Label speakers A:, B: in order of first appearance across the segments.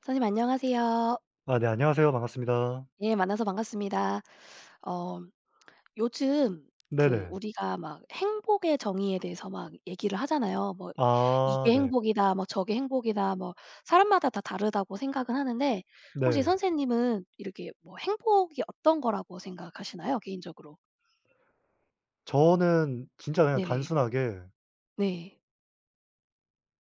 A: 선생님 안녕하세요.
B: 아 네, 안녕하세요. 반갑습니다.
A: 예 만나서 반갑습니다. 어 요즘 그
B: 네네.
A: 우리가 막 행복의 정의에 대해서 막 얘기를 하잖아요. 뭐
B: 아
A: "이게
B: 네.
A: 행복이다." 뭐 "저게 행복이다." 뭐 사람마다 다 다르다고 생각은 하는데 혹시
B: 네.
A: 선생님은 이렇게 뭐 행복이 어떤 거라고 생각하시나요? 개인적으로.
B: 저는 진짜 그냥
A: 네네.
B: 단순하게
A: 네.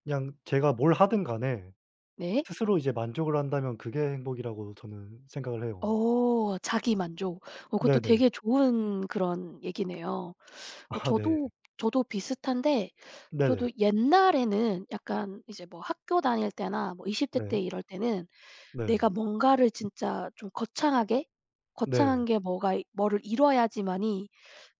B: 그냥 제가 뭘 하든 간에
A: 네.
B: 스스로 이제 만족을 한다면 그게 행복이라고 저는 생각을 해요.
A: 어 자기만족. 어 그것도
B: 네네.
A: 되게 좋은 그런 얘기네요. 어
B: 아 네.
A: 저도 비슷한데 저도
B: 네네.
A: 옛날에는 약간 이제 뭐 학교 다닐 때나 뭐 20대 때
B: 네.
A: 이럴 때는
B: 네.
A: 내가 뭔가를 진짜 좀 거창하게
B: 네.
A: 거창한 게 뭐가 이 뭐를 이뤄야지만이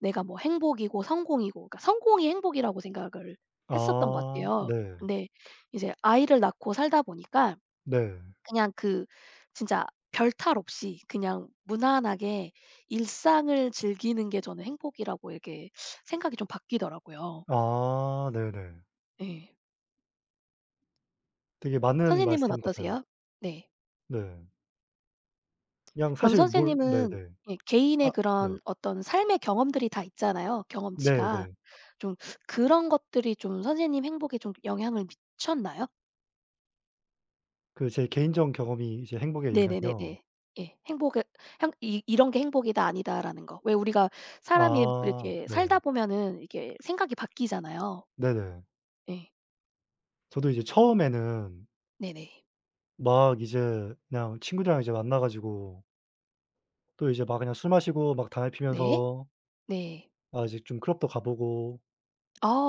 A: 내가 뭐 행복이고 성공이고 그러니까 성공이 행복이라고 생각을 했었던 것
B: 아
A: 같아요.
B: 네.
A: 근데 이제 아이를 낳고 살다 보니까
B: 네.
A: 그냥 그 진짜 별탈 없이 그냥 무난하게 일상을 즐기는 게 저는 행복이라고 이렇게 생각이 좀 바뀌더라고요.
B: 아 네네.
A: 예.
B: 되게 맞는
A: 선생님은
B: 말씀 같아요.
A: 어떠세요? 네.
B: 네. 그냥
A: 그럼
B: 사실 뭘
A: 선생님은
B: 네네.
A: 예 개인의
B: 아 네.
A: 그런 어떤 삶의 경험들이 다 있잖아요, 경험치가.
B: 네네.
A: 좀 그런 것들이 좀 선생님 행복에 좀 영향을 미쳤나요?
B: 그 제 개인적 경험이 이제 행복에 영향이요.
A: 네네네네. 예. 행복에 행 이 '이런 게 행복이다.' 아니다라는 거. 왜 우리가 사람이
B: 아
A: 이렇게
B: 네.
A: 살다 보면은 이게 생각이 바뀌잖아요.
B: 네네.
A: 예.
B: 저도 이제 처음에는
A: 네네.
B: 막 이제 그냥 친구들이랑 이제 만나 가지고 또 이제 막 그냥 술 마시고 막 담배
A: 네.
B: 피면서
A: 네.
B: 아 이제 좀 클럽도 가 보고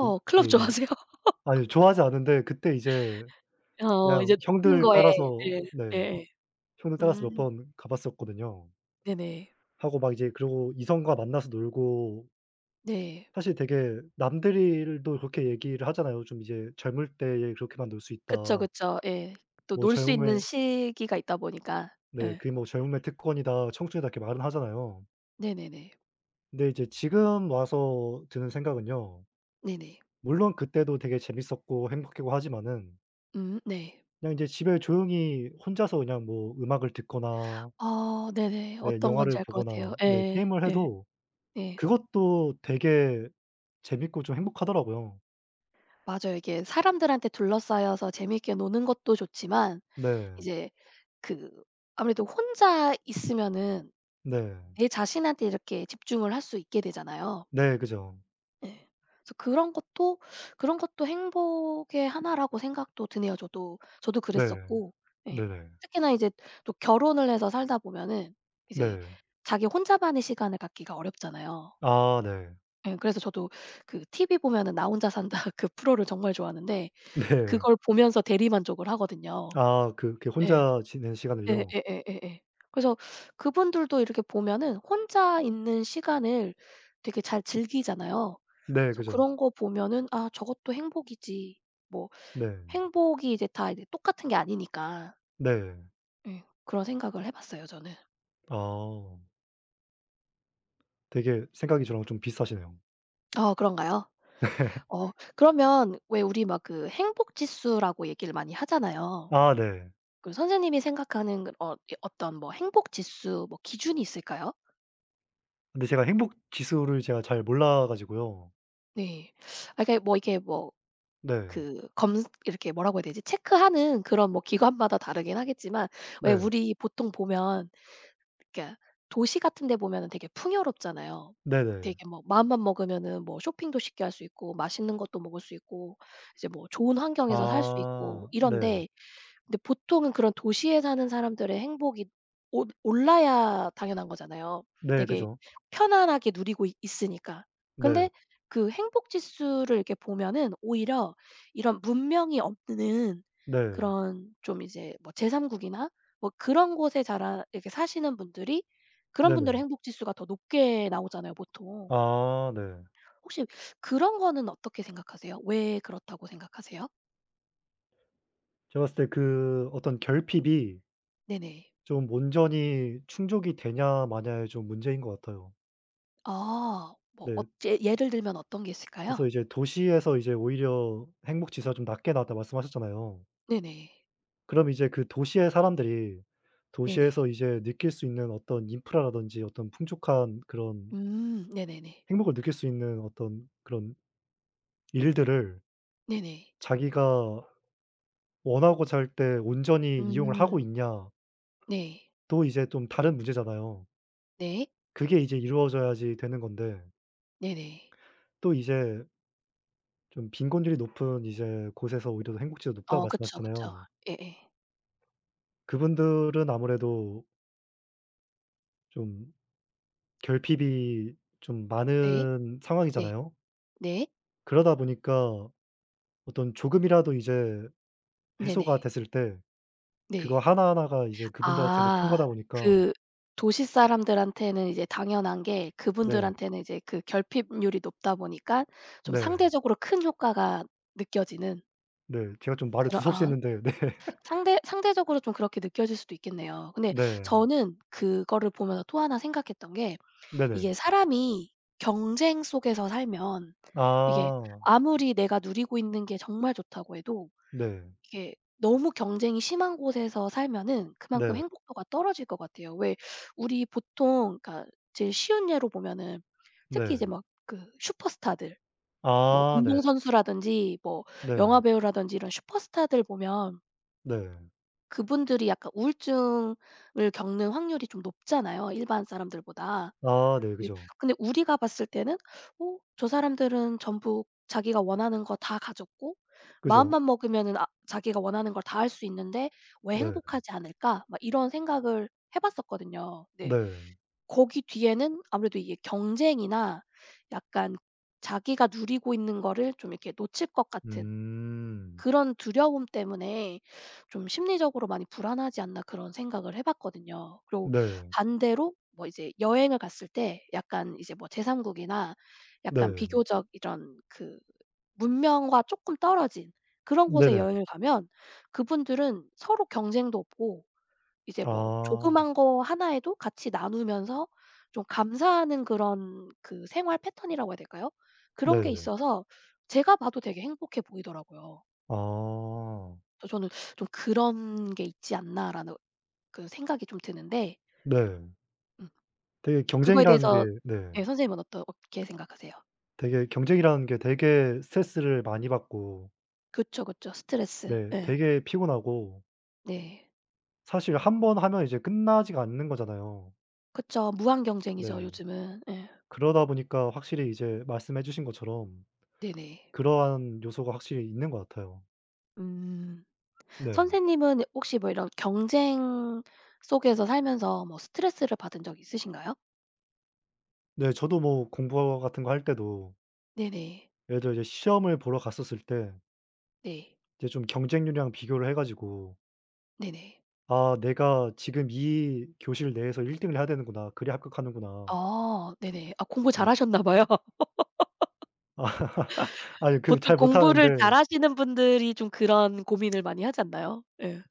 B: 이 예
A: 클럽
B: 이제
A: 좋아하세요?
B: 아니 좋아하지 않은데 그때 이제
A: 어
B: 그냥
A: 이제 듣는
B: 형들
A: 거에
B: 따라서
A: 예.
B: 네
A: 예예.
B: 형들 따라서 몇
A: 음
B: 번 가 봤었거든요.
A: 네네.
B: 하고 막 이제 그러고 이성과 만나서 놀고
A: 네.
B: 사실 되게 남들도 그렇게 얘기를 하잖아요. 좀 이제 "젊을 때에 그렇게만 놀 수
A: 그쵸,
B: 있다."
A: 그쵸. 예. 또
B: 뭐
A: 놀 수 있는
B: 젊음의
A: 시기가 있다 보니까.
B: 네
A: 예.
B: 그게 뭐 "젊음의 특권이다." "청춘이다." 이렇게 말은 하잖아요.
A: 네네네.
B: 근데 이제 지금 와서 드는 생각은요.
A: 네네.
B: 물론 그때도 되게 재밌었고 행복했고 하지만은
A: 네.
B: 그냥 이제 집에 조용히 혼자서 그냥 뭐 음악을 듣거나
A: 아 네네.
B: 네
A: 어떤 건지
B: 영화를
A: 알 것 같아요.
B: 보거나 네
A: 예.
B: 게임을
A: 예.
B: 해도
A: 예.
B: 그것도 되게 재밌고 좀 행복하더라고요.
A: 맞아요. 이게 사람들한테 둘러싸여서 재미있게 노는 것도 좋지만
B: 네.
A: 이제 그 아무래도 혼자 있으면은
B: 네.
A: 내 자신한테 이렇게 집중을 할 수 있게 되잖아요.
B: 네 그죠.
A: 예. 그래서 그런 것도 그런 것도 행복의 하나라고 생각도 드네요. 저도
B: 네.
A: 그랬었고. 예.
B: 네네.
A: 특히나 이제 또 결혼을 해서 살다 보면은
B: 네.
A: 이제
B: 네.
A: 자기 혼자만의 시간을 갖기가 어렵잖아요.
B: 아 네.
A: 예. 그래서 저도 그 TV 보면은 "나 혼자 산다." 그 프로를 정말 좋아하는데 그걸 보면서 대리만족을 하거든요.
B: 네. 아 그
A: 예.
B: 혼자 지낸 시간을요.
A: 예예예예예. 그래서 그분들도 이렇게 보면은 혼자 있는 시간을 되게 잘 즐기잖아요.
B: 네
A: 그래서
B: 그죠.
A: 그런 거 보면은 '아 저것도 행복이지.' 뭐
B: 네.
A: 행복이 이제 다 이제 똑같은 게 아니니까.
B: 네.
A: 예. 그런 생각을 해 봤어요 저는.
B: 아 되게 생각이 저랑 좀 비슷하시네요.
A: 아 그런가요? 어 그러면 왜 우리 막 그 행복 지수라고 얘기를 많이 하잖아요.
B: 아 네.
A: 그 선생님이 생각하는 그 어 이 어떤 뭐 행복 지수 뭐 기준이 있을까요?
B: 근데 제가 행복 지수를 제가 잘 몰라 가지고요.
A: 네. 아 그러니까 뭐 이게 뭐
B: 네.
A: 그 검 이렇게 뭐라고 해야 되지? 체크하는 그런 뭐 기관마다 다르긴 하겠지만 왜
B: 네.
A: 우리 보통 보면 그러니까 도시 같은 데 보면은 되게 풍요롭잖아요. 되게
B: 네네.
A: 뭐 마음만 먹으면은 뭐 쇼핑도 쉽게 할 수 있고 맛있는 것도 먹을 수 있고 이제 뭐 좋은 환경에서 살 수 있고
B: 아 네.
A: 이런데 근데 보통은 그런 도시에 사는 사람들의 행복이 올 올라야 당연한 거잖아요.
B: 네
A: 되게
B: 그죠.
A: 편안하게 누리고 있 있으니까.
B: 네.
A: 근데 그 행복 지수를 이렇게 보면은 오히려 이런 문명이 없는
B: 네.
A: 그런 좀 이제 뭐 제3 국이나 뭐 그런 곳에 자라 이렇게 사시는 분들이 그런 분들의
B: 네네.
A: 행복 지수가 더 높게 나오잖아요, 보통.
B: 아 네.
A: 혹시 그런 거는 어떻게 생각하세요? 왜 그렇다고 생각하세요?
B: 제가 봤을 때 그 어떤 결핍이
A: 네네.
B: 좀 온전히 충족이 되냐 마냐의 좀 문제인 것 같아요.
A: 아. 뭐
B: 네.
A: 업체 예를 들면 어떤 게
B: 그래서
A: 있을까요?
B: 이제 "도시에서 이제 오히려 행복 지수가 좀 낮게 나왔다." 말씀하셨잖아요.
A: 네네.
B: 그럼 이제 그 도시의 사람들이 도시에서
A: 네네.
B: 이제 느낄 수 있는 어떤 인프라라든지 어떤 풍족한 그런
A: 음. 네네네.
B: 행복을 느낄 수 있는 어떤 그런 일들을
A: 네네.
B: 자기가 원하고 잘 때 온전히 이용을 하고
A: 음.
B: 있냐
A: 네.
B: 또 이제 좀 다른 문제잖아요.
A: 네.
B: 그게 이제 이루어져야지 되는 건데
A: 네네.
B: 또 이제 좀 빈곤율이 높은 이제 곳에서 오히려 더 행복지수가 높다고
A: 어 그쵸, 그쵸.
B: 말씀하셨잖아요.
A: 예예.
B: 그분들은 아무래도 좀 결핍이 좀
A: 네.
B: 많은
A: 네.
B: 상황이잖아요.
A: 네.
B: 그러다 보니까 어떤 조금이라도 이제 해소가
A: 네네.
B: 됐을 때 그거
A: 네.
B: 하나하나가 이제 그분들한테는 큰
A: 아.
B: 거다 보니까
A: 그 도시 사람들한테는 이제 당연한 게
B: 네.
A: 그분들한테는 이제 그 결핍률이 높다 보니까 좀
B: 네.
A: 상대적으로 큰 효과가 느껴지는
B: 네. 제가 좀 말을
A: 그런
B: 두서없이
A: 아.
B: 했는데 네.
A: 상대적으로 좀 그렇게 느껴질 수도 있겠네요. 근데
B: 네.
A: 저는 그거를 보면서 또 하나 생각했던 게
B: 네네.
A: 이게 사람이 경쟁 속에서 살면 이게
B: 아.
A: 아무리 내가 누리고 있는 게 정말 좋다고 해도
B: 네.
A: 이게 너무 경쟁이 심한 곳에서 살면은 그만큼
B: 네.
A: 행복도가 떨어질 것 같아요. 왜 우리 보통 그러니까 제일 쉬운 예로 보면은 특히
B: 네.
A: 이제 막 그 슈퍼스타들 뭐
B: 아 네.
A: 운동선수라든지 뭐
B: 네.
A: 영화배우라든지 이런 슈퍼스타들 보면
B: 네.
A: 그분들이 약간 우울증을 겪는 확률이 좀 높잖아요, 일반 사람들보다.
B: 아 네.
A: 네.
B: 그죠.
A: 근데 우리가 봤을 때는 '어 저 사람들은 전부 자기가 원하는 거 다 가졌고
B: 그죠.
A: 마음만 먹으면은 아 자기가 원하는 걸 다 할 수 있는데 왜
B: 네.
A: 행복하지 않을까?' 막 이런 생각을 해 봤었거든요. 근데
B: 네.
A: 거기 뒤에는 아무래도 이게 경쟁이나 약간 자기가 누리고 있는 거를 좀 이렇게 놓칠 것 같은
B: 음.
A: 그런 두려움 때문에 좀 심리적으로 많이 불안하지 않나 그런 생각을 해 봤거든요. 그리고
B: 네.
A: 반대로 뭐 이제 여행을 갔을 때 약간 이제 뭐 제3국이나 약간
B: 네.
A: 비교적 이런 그 문명과 조금 떨어진 그런 곳에
B: 네네.
A: 여행을 가면 그분들은 서로 경쟁도 없고 이제 뭐
B: 아.
A: 조그만 거 하나에도 같이 나누면서 좀 감사하는 그런 그 생활 패턴이라고 해야 될까요? 그런 게
B: 네네.
A: 있어서 제가 봐도 되게 행복해 보이더라고요.
B: 아.
A: 그래서 저는 좀 '그런 게 있지 않나.'라는 그 생각이 좀 드는데
B: 네.
A: 음
B: 되게
A: 그거에
B: 경쟁이라는 게
A: 대해서
B: 네.
A: 예 선생님은 어떠 어떻게 생각하세요?
B: 되게 경쟁이라는 게 되게 스트레스를 많이 받고
A: 그쵸, 그쵸. 스트레스.
B: 네
A: 예.
B: 되게 피곤하고
A: 네.
B: 사실 한번 하면 이제 끝나지가 않는 거잖아요.
A: 그쵸. 무한 경쟁이죠
B: 네.
A: 요즘은. 예.
B: 그러다 보니까 확실히 이제 말씀해 주신 것처럼
A: 네네.
B: 그러한 요소가 확실히 있는 것 같아요.
A: 음.
B: 네.
A: 선생님은 혹시 뭐 이런 경쟁 속에서 살면서 뭐 스트레스를 받은 적 있으신가요?
B: 네 저도 뭐 공부 같은 거 할 때도
A: 네네.
B: 예를 들어 이제 시험을 보러 갔었을 때
A: 네.
B: 이제 좀 경쟁률이랑 비교를 해 가지고
A: 네네.
B: '아 내가 지금 이 교실 내에서 1 등을 해야 되는구나. 그래야 합격하는구나.'
A: 아 네네. 아 공부
B: 네.
A: 잘하셨나 봐요.
B: 아 아니 그
A: 보통
B: 잘
A: 공부를
B: 못하는데
A: 잘하시는 분들이 좀 그런 고민을 많이 하지 않나요? 예.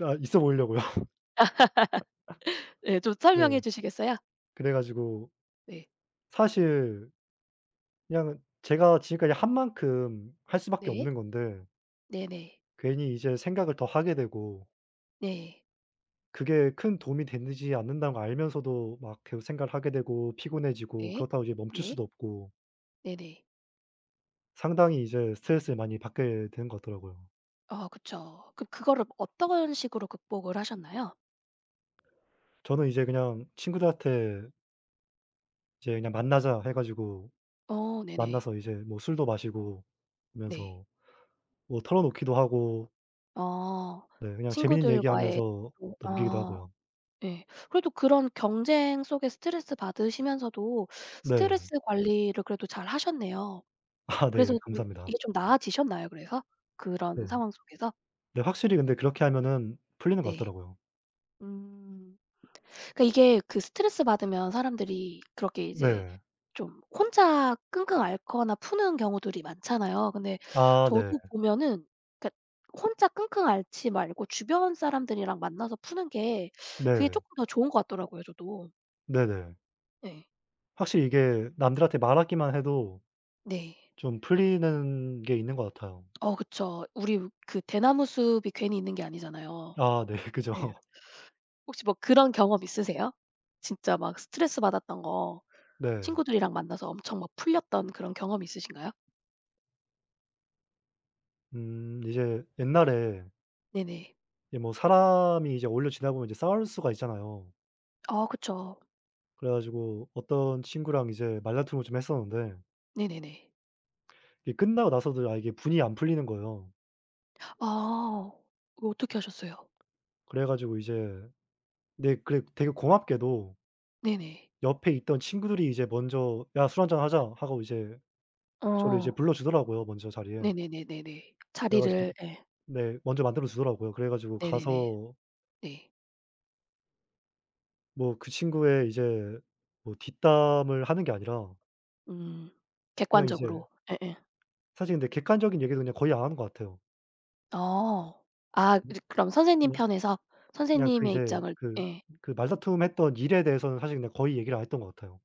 B: 아 있어 보이려고요.
A: 네. 좀 설명해
B: 네.
A: 주시겠어요?
B: 그래 가지고
A: 네.
B: 사실 그냥 제가 지금까지 한 만큼 할 수밖에
A: 네.
B: 없는 건데
A: 네네.
B: 괜히 이제 생각을 더 하게 되고
A: 네.
B: 그게 큰 도움이 되지 않는다는 걸 알면서도 막 계속 생각을 하게 되고 피곤해지고
A: 네.
B: 그렇다고 이제 멈출
A: 네.
B: 수도 없고
A: 네네.
B: 상당히 이제 스트레스를 많이 받게 되는 것 같더라고요.
A: 아 그쵸. 그럼 그거를 어떤 식으로 극복을 하셨나요?
B: 저는 이제 그냥 친구들한테 이제 그냥 만나자 해 가지고
A: 어 네네.
B: 만나서 이제 뭐 술도 마시고
A: 네.
B: 하면서 뭐 털어놓기도 하고
A: 어.
B: 네 그냥 재밌는
A: 친구들과의
B: 얘기하면서
A: 그
B: 넘기기도
A: 아
B: 하고요.
A: 예. 그래도 그런 경쟁 속에 스트레스 받으시면서도
B: 네.
A: 스트레스 관리를 그래도 잘 하셨네요.
B: 아
A: 그래서
B: 네.
A: 좀 이게
B: 감사합니다.
A: 좀 나아지셨나요 그래서? 그런
B: 네.
A: 상황 속에서?
B: 네 확실히 근데 그렇게 하면은 풀리는 것
A: 네.
B: 같더라고요.
A: 음. 그러니까 이게 그 스트레스 받으면 사람들이 그렇게 이제
B: 네.
A: 좀 혼자 끙끙 앓거나 푸는 경우들이 많잖아요. 근데
B: 아 네.
A: 저도 보면은 그러니까 혼자 끙끙 앓지 말고 주변 사람들이랑 만나서 푸는 게 그게
B: 네.
A: 쪼끔 더 좋은 것 같더라고요 저도.
B: 네네.
A: 네.
B: 확실히 이게 남들한테 말하기만 해도
A: 네.
B: 좀 풀리는 게 있는 것 같아요.
A: 어 그쵸. 우리 그 대나무 숲이 괜히 있는 게 아니잖아요.
B: 아 네. 그죠.
A: 예. 혹시 뭐 그런 경험 있으세요? 진짜 막 스트레스 받았던 거
B: 네.
A: 친구들이랑 만나서 엄청 막 풀렸던 그런 경험이 있으신가요?
B: 이제 옛날에
A: 네네.
B: 이제 뭐 사람이 이제 오래 지내다 보면 이제 싸울 수가 있잖아요.
A: 아 그쵸.
B: 그래 가지고 어떤 친구랑 이제 말다툼을 좀 했었는데
A: 네네네.
B: 이게 끝나고 나서도 아 이게 분이 안 풀리는 거예요.
A: 아 그거 어떻게 하셨어요?
B: 그래 가지고 이제 네 그래 되게 고맙게도
A: 네네.
B: 옆에 있던 친구들이 이제 먼저 "야 술 한잔 하자." 하고 이제 저를 이제
A: 어.
B: 불러 주더라고요 먼저 자리에.
A: 네네네네네.
B: 그래 가지고
A: 자리를 예.
B: 네. 먼저 만들어 주더라고요. 그래 가지고
A: 네네네.
B: 가서
A: 네.
B: 뭐 그 친구의 이제 뭐 뒷담을 하는 게 아니라
A: 음.
B: 그냥 이제
A: 객관적으로. 예예.
B: 사실 근데 객관적인 얘기도 그냥 거의 안 하는 것 같아요.
A: 어. 아
B: 음
A: 이제 그럼 선생님
B: 그냥
A: 편에서
B: 그냥 그
A: 선생님의
B: 이제
A: 입장을
B: 그
A: 예.
B: 말다툼했던 일에 대해서는 사실 그냥 거의 얘기를 안 했던 것 같아요.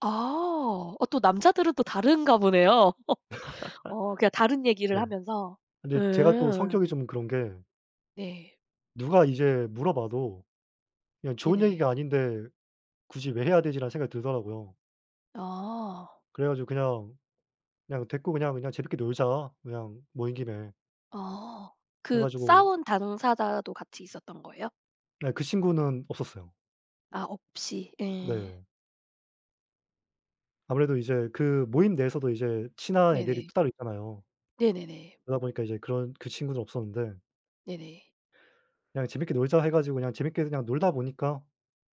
A: 아. 어 또 남자들은 또 다른가 보네요. 어 그냥 다른 얘기를
B: 네.
A: 하면서.
B: 근데 제가 또
A: 음.
B: 성격이 좀 그런 게
A: 네.
B: 누가 이제 물어봐도 그냥 좋은
A: 네네.
B: 얘기가 아닌데 '굳이 왜 해야 되지?'라는 생각이 들더라고요.
A: 아.
B: 그래 가지고 그냥 '됐고 그냥, 그냥 재밌게 놀자 그냥 모인 김에.'
A: 아.
B: 해
A: 그
B: 가지고
A: 싸운 당사자도 같이 있었던 거예요?
B: 네 그 친구는 없었어요.
A: 아 없이. 예.
B: 네. 아무래도 이제 그 모임 내에서도 이제 친한 네. 애들이
A: 네네.
B: 또 따로 있잖아요.
A: 네네네.
B: 그러다 보니까 이제 그런 그 친구는 없었는데
A: 네네.
B: 그냥 재밌게 놀자 해 가지고 그냥 재밌게 그냥 놀다 보니까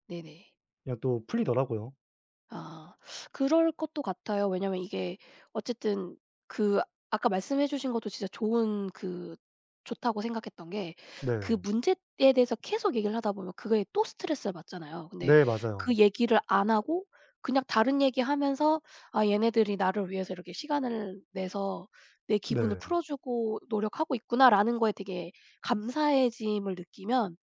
A: 네네.
B: 그냥 또 풀리더라고요.
A: 아. 그럴 것도 같아요. 왜냐면 이게 어쨌든 그 아까 말씀해 주신 것도 진짜 좋은 그 좋다고 생각했던 게 그
B: 네.
A: 문제에 대해서 계속 얘기를 하다 보면 그거에 또 스트레스를 받잖아요. 근데
B: 네
A: 그
B: 맞아요.
A: 얘기를 안 하고 그냥 다른 얘기하면서 '아 얘네들이 나를 위해서 이렇게 시간을 내서 내 기분을
B: 네.
A: 풀어 주고 노력하고 있구나.'라는 거에 되게 감사해짐을 느끼면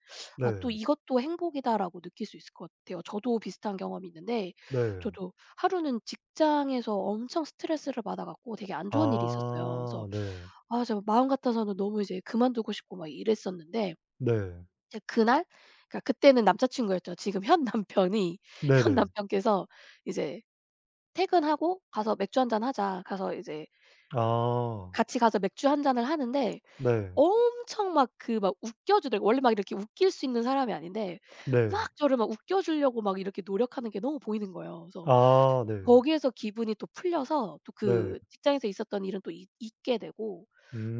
A: '아 또
B: 네.
A: 이것도 행복이다.'라고 느낄 수 있을 것 같아요. 저도 비슷한 경험이 있는데
B: 네.
A: 저도 하루는 직장에서 엄청 스트레스를 받아 갖고 되게 안 좋은 일이 있었어요.
B: 아
A: 그래서
B: 네.
A: 아 저 마음 같아서는 너무 이제 그만두고 싶고 막 이랬었는데
B: 네.
A: 이제 그날 그러니까 그때는 남자 친구였죠. 지금 현 남편이 현
B: 네네.
A: 남편께서 이제 퇴근하고 "가서 맥주 한 잔 하자." 가서 이제
B: 아.
A: 같이 가서 맥주 한 잔을 하는데
B: 네.
A: 엄청 막 그 막 웃겨 주더라고요. 원래 막 이렇게 웃길 수 있는 사람이 아닌데
B: 네.
A: 막 저를 막 웃겨 주려고 막 이렇게 노력하는 게 너무 보이는 거예요. 그래서
B: 아 네.
A: 거기에서 기분이 또 풀려서 또
B: 네.
A: 그 직장에서 있었던 일은 또 잊 잊게 되고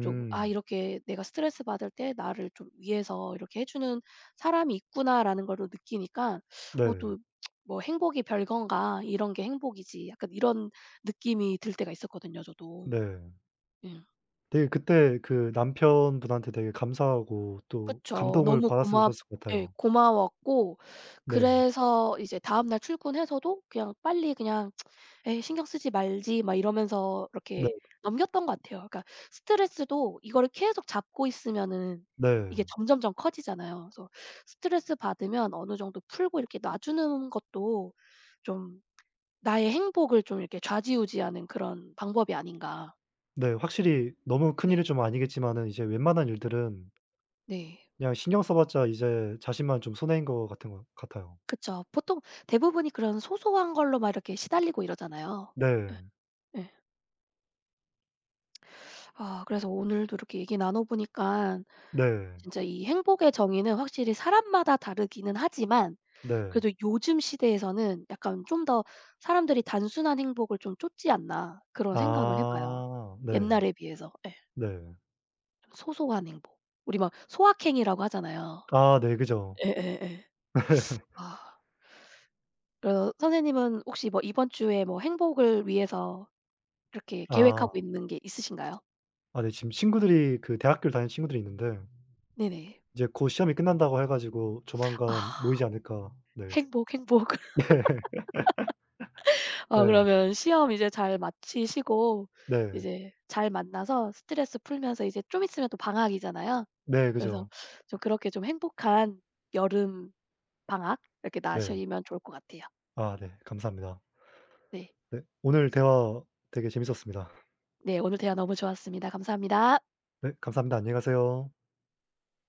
A: 좀 '아 이렇게 내가 스트레스 받을 때 나를 좀 위해서 이렇게 해 주는 사람이 있구나.'라는 걸 느끼니까 어
B: 네.
A: 또 뭐 '행복이 별건가. 이런 게 행복이지.' 약간 이런 느낌이 들 때가 있었거든요 저도.
B: 네.
A: 그
B: 되게 그때 그 남편분한테 되게 감사하고 또
A: 그쵸.
B: 감동을
A: 너무 고맙
B: 받았으셨을 것
A: 예
B: 같아요.
A: 고마웠고
B: 네.
A: 그래서 이제 다음날 출근해서도 그냥 빨리 그냥 '에이 신경 쓰지 말지.' 막 이러면서
B: 네.
A: 이렇게 넘겼던 것 같아요. 그러니까 스트레스도 이거를 계속 잡고 있으면은 이게
B: 네.
A: 점점점 커지잖아요. 그래서 스트레스 받으면 어느 정도 풀고 이렇게 놔주는 것도 좀 나의 행복을 좀 이렇게 좌지우지하는 그런 방법이 아닌가.
B: 네. 확실히 너무
A: 네.
B: 큰일이 좀 아니겠지만은 이제 웬만한 일들은
A: 네.
B: 그냥 신경 써 봤자 이제 자신만 좀 손해인 것 같은 것 같아요.
A: 그쵸. 보통 대부분이 그런 소소한 걸로 막 이렇게 시달리고 이러잖아요.
B: 네.
A: 예 예. 아 그래서 오늘도 이렇게 얘기 나눠 보니까
B: 네.
A: 진짜 이 행복의 정의는 확실히 사람마다 다르기는 하지만
B: 네.
A: 그래도 요즘 시대에서는 약간 좀 더 사람들이 '단순한 행복을 좀 쫓지 않나.' 그런 생각을 해 봐요.
B: 아. 네.
A: 옛날에 비해서. 예.
B: 네.
A: 좀 소소한 행복. 우리 막 소확행이라고 하잖아요.
B: 아 네. 그죠.
A: 예예예. 아. 그래서 선생님은 혹시 뭐 이번 주에 뭐 행복을 위해서 이렇게
B: 아.
A: 계획하고 있는 게 있으신가요?
B: 아 네. 지금 친구들이 그 대학교를 다니는 친구들이 있는데
A: 네네.
B: 이제 곧 시험이 끝난다고 해 가지고 조만간 모이지
A: 아
B: 않을까 네.
A: 행복, 행복.
B: 세 네.
A: 아
B: 네.
A: 그러면 시험 이제 잘 마치시고
B: 네.
A: 이제 잘 만나서 스트레스 풀면서 이제 좀 있으면 또 방학이잖아요.
B: 네.
A: 그래서
B: 그죠.
A: 좀 그렇게 좀 행복한 여름 방학 이렇게
B: 네.
A: 나시면 좋을 것 같아요.
B: 아 네. 감사합니다.
A: 네.
B: 네. 오늘 대화 되게 재밌었습니다.
A: 네 오늘 대화 너무 좋았습니다. 감사합니다.
B: 네. 감사합니다. 안녕히 가세요.